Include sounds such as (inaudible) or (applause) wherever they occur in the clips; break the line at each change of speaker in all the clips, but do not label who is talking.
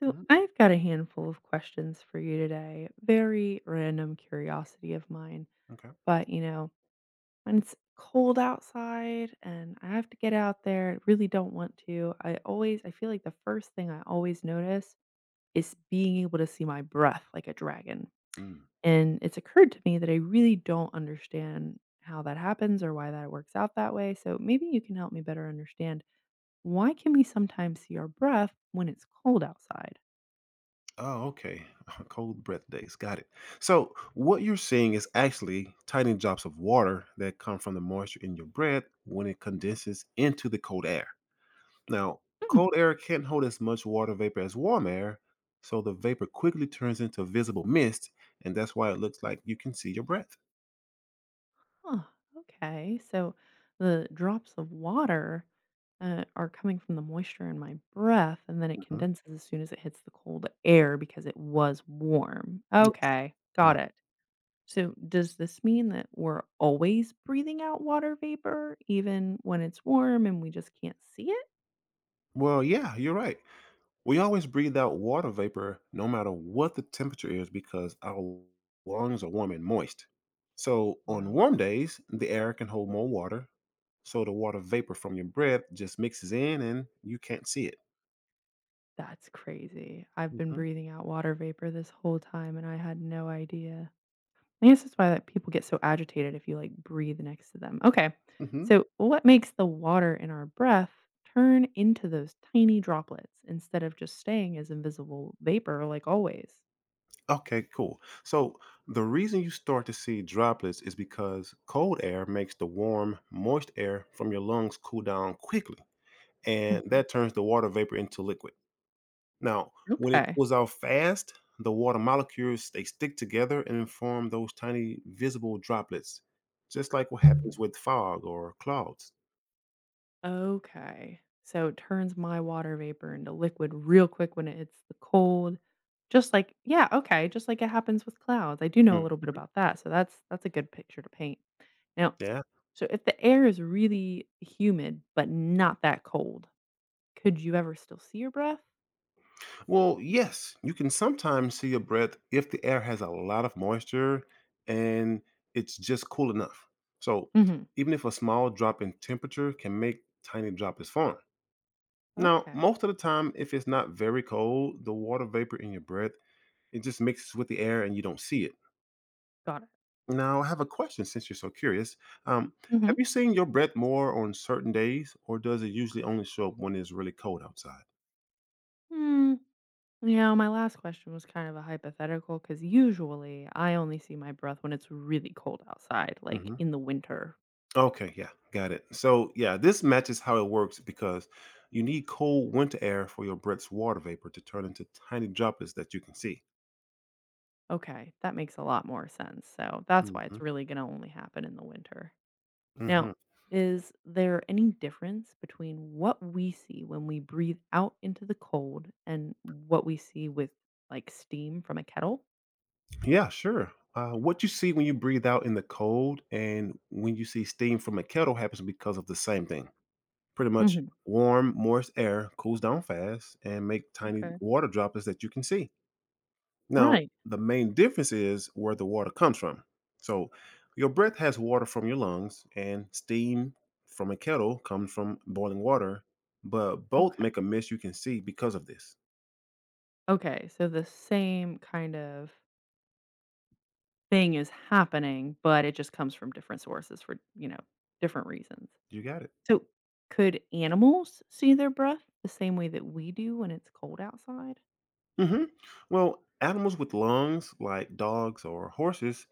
So,
Mm.
I've got a handful of questions for you today. Very random curiosity of mine.
Okay.
But, when it's cold outside and I have to get out there, I really don't want to. I feel like the first thing I always notice is being able to see my breath like a dragon.
Mm.
And it's occurred to me that I really don't understand how that happens or why that works out that way. So, maybe you can
Oh, okay. (laughs) Cold breath days. Got it. So, what you're seeing is actually tiny drops of water that come from the moisture in your breath when it condenses into the cold air. Now, cold air can't hold as much water vapor as warm air, so the vapor quickly turns into visible mist, and that's why it looks like you can see your breath.
Huh, okay. So the drops of water are coming from the moisture in my breath, and then it
Mhm.
condenses as soon as it hits the cold air because it was warm.
Yeah.
Okay, got
Mm.
it. So does this mean that we're always breathing out water vapor, even when it's warm and we just can't see it?
Well, yeah, you're right. We always breathe out water vapor no matter what the temperature is because our lungs are warm and moist. So, on
Wow,
warm days, the air can hold more water. So, the water vapor from your breath just mixes in and you can't see it.
that's crazy. I've been
Hmm.
breathing out water vapor this whole time and I had no idea. I guess that's why, that people get so agitated if you, like, breathe next to them. Okay.
hmm
So, what makes the water in our breath turn into those tiny droplets instead of just staying as invisible vapor like always?
Okay, cool. So, the reason you start to see droplets is because cold air makes the warm, moist air from your lungs cool down quickly, and
Mhm.
that turns the water vapor into liquid. Now, when it
Okay.
cools out fast, the water molecules they stick together and form those tiny visible droplets, just like what happens with fog or clouds.
Okay. So it turns my water vapor into liquid real quick when it hits the cold. Just like yeah, okay, just like it happens with clouds. I do know a
Mm.
little bit about that, so that's a good picture to paint. Now,
Yeah.
so if the air is really humid but not that cold, could you ever still see your breath?
Well, yes, you can sometimes see your breath if the air has a lot of moisture and it's just cool enough. So,
Mhm.
even if a small drop in temperature can make tiny droplets form. Now,
Okay,
most of the time, if it's not very cold, the water vapor in your breath it just mixes with the air and you don't see it.
got it.
Now, I have a question since you're so curious. Um,
Mhm.
have you seen your breath more on certain days, or does it usually only show up when it's really cold outside?
Hmm, yeah, my last question was kind of a hypothetical because usually I only see my breath when it's really cold outside, like
Hmm.
in the winter.
Okay, yeah, got it. So, yeah, this matches how it works because you need cold winter air for your breath's water vapor to turn into tiny droplets that you can see.
Okay, that makes a lot more sense. So that's why
Hmm.
it's really gonna only happen in the winter.
hmm
Now, is there any difference between what we see when we breathe out into the cold and what we see with like steam from a kettle?
Yeah, sure. What you see when you breathe out in the cold and when you see steam from a kettle happens because of the same thing. Pretty much
Mhm.
warm, moist air cools down fast and make tiny
Okay.
water droplets that you can see. Now,
Right.
the main difference is where the water comes from. So, your breath has water from your lungs, and steam from a kettle comes from boiling water, but both
Okay.
make a mist you can see because of this.
Okay, so the same kind of thing is happening, but it just comes from different sources for, different reasons.
You got it.
So, could animals see their breath the same way that we do when it's cold outside?
Hmm. Well, animals with lungs, like dogs or horses,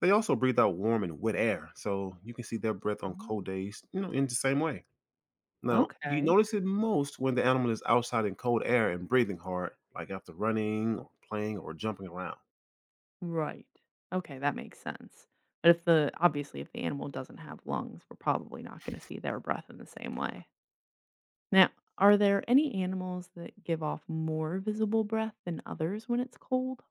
they also breathe out warm and wet air, so you can see their breath on cold
Oh.
days, you know, in the same way. Now, you
Okay.
notice it most when the animal is outside in cold air and breathing hard, like after running or playing or jumping around.
Right. Okay, that makes sense. But if the obviously if the animal doesn't have lungs, we're probably not going to see their breath in the same way. Now, are there any animals that give off more visible breath than others when it's cold?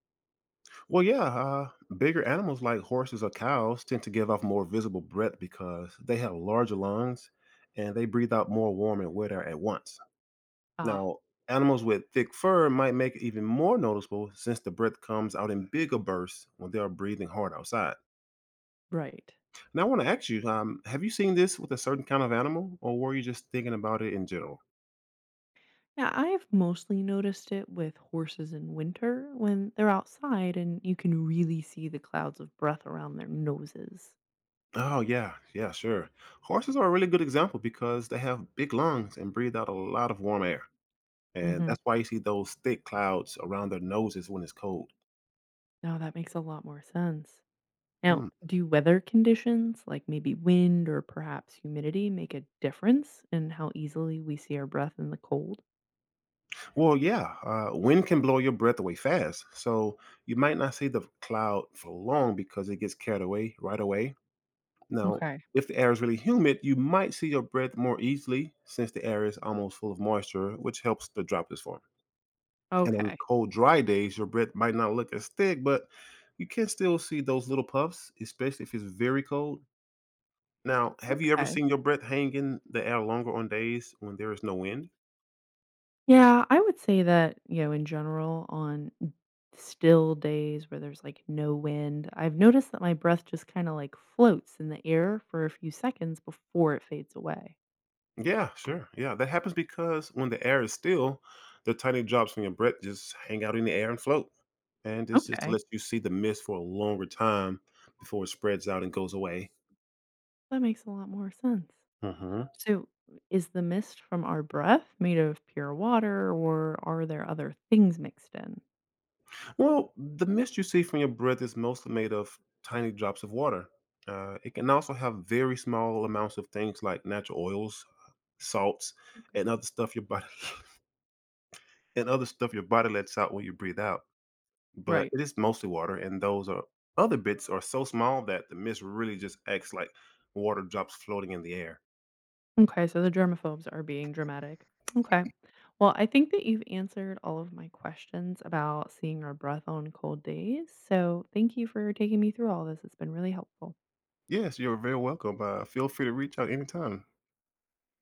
Well, yeah, bigger animals like horses or cows tend to give off more visible breath because they have larger lungs and they breathe out more warm and wet air at once.
Ah,
Now, animals with thick fur might make it even more noticeable since the breath comes out in bigger bursts when they are breathing hard outside.
right.
Now, I want to ask you, have you seen this with a certain kind of animal, or were you just thinking about it in general?
Yeah, I've mostly noticed it with horses in winter when they're outside and you can really see the clouds of breath around their noses.
Oh yeah, yeah, sure. Horses are a really good example because they have big lungs and breathe out a lot of warm air, and
Hmm.
that's why you see those thick clouds around their noses when it's cold.
No, that makes a lot more sense. Now,
Hmm.
do weather conditions, like maybe wind or perhaps humidity, make a difference in how easily we see our breath in the cold?
Well, yeah, wind can blow your breath away fast, so you might not see the cloud for long because it gets carried away right away. Now,
Okay.
if the air is really humid, you might see your breath more easily since the air is almost full of moisture, which helps the droplets form. And on
Okay.
cold, dry days, your bread might not look as thick, but you can still see those little puffs, especially if it's very cold. Now, have you ever
Okay.
seen your breath hang in the air longer on days when there is no wind?
Yeah, I would say that, in general, on still days where there's like no wind, I've noticed that my breath just kind of like floats in the air for a few seconds before it fades away.
Yeah, sure. Yeah, that happens because when the air is still, the tiny drops from your breath just hang out in the air and float. And this just
Okay.
lets you see the mist for a longer time before it spreads out and goes away.
That makes a lot more sense.
Hmm.
So, is the mist from our breath made of pure water or are there other things mixed in?
Well, the mist you see from your breath is mostly made of tiny drops of water. It can also have very small amounts of things like natural oils, salts,
Okay.
and other stuff your body (laughs) and other stuff your body lets out when you breathe out. But
Right.
it is mostly water, and those are other bits are so small that the mist really just acts like water drops floating in the air.
Okay, so the germaphobes are being dramatic. Okay. Well, I think that you've answered all of my questions about seeing our breath on cold days. So thank you for taking me through all this. It's been really helpful.
Yes, you're very welcome. Feel free to reach out anytime.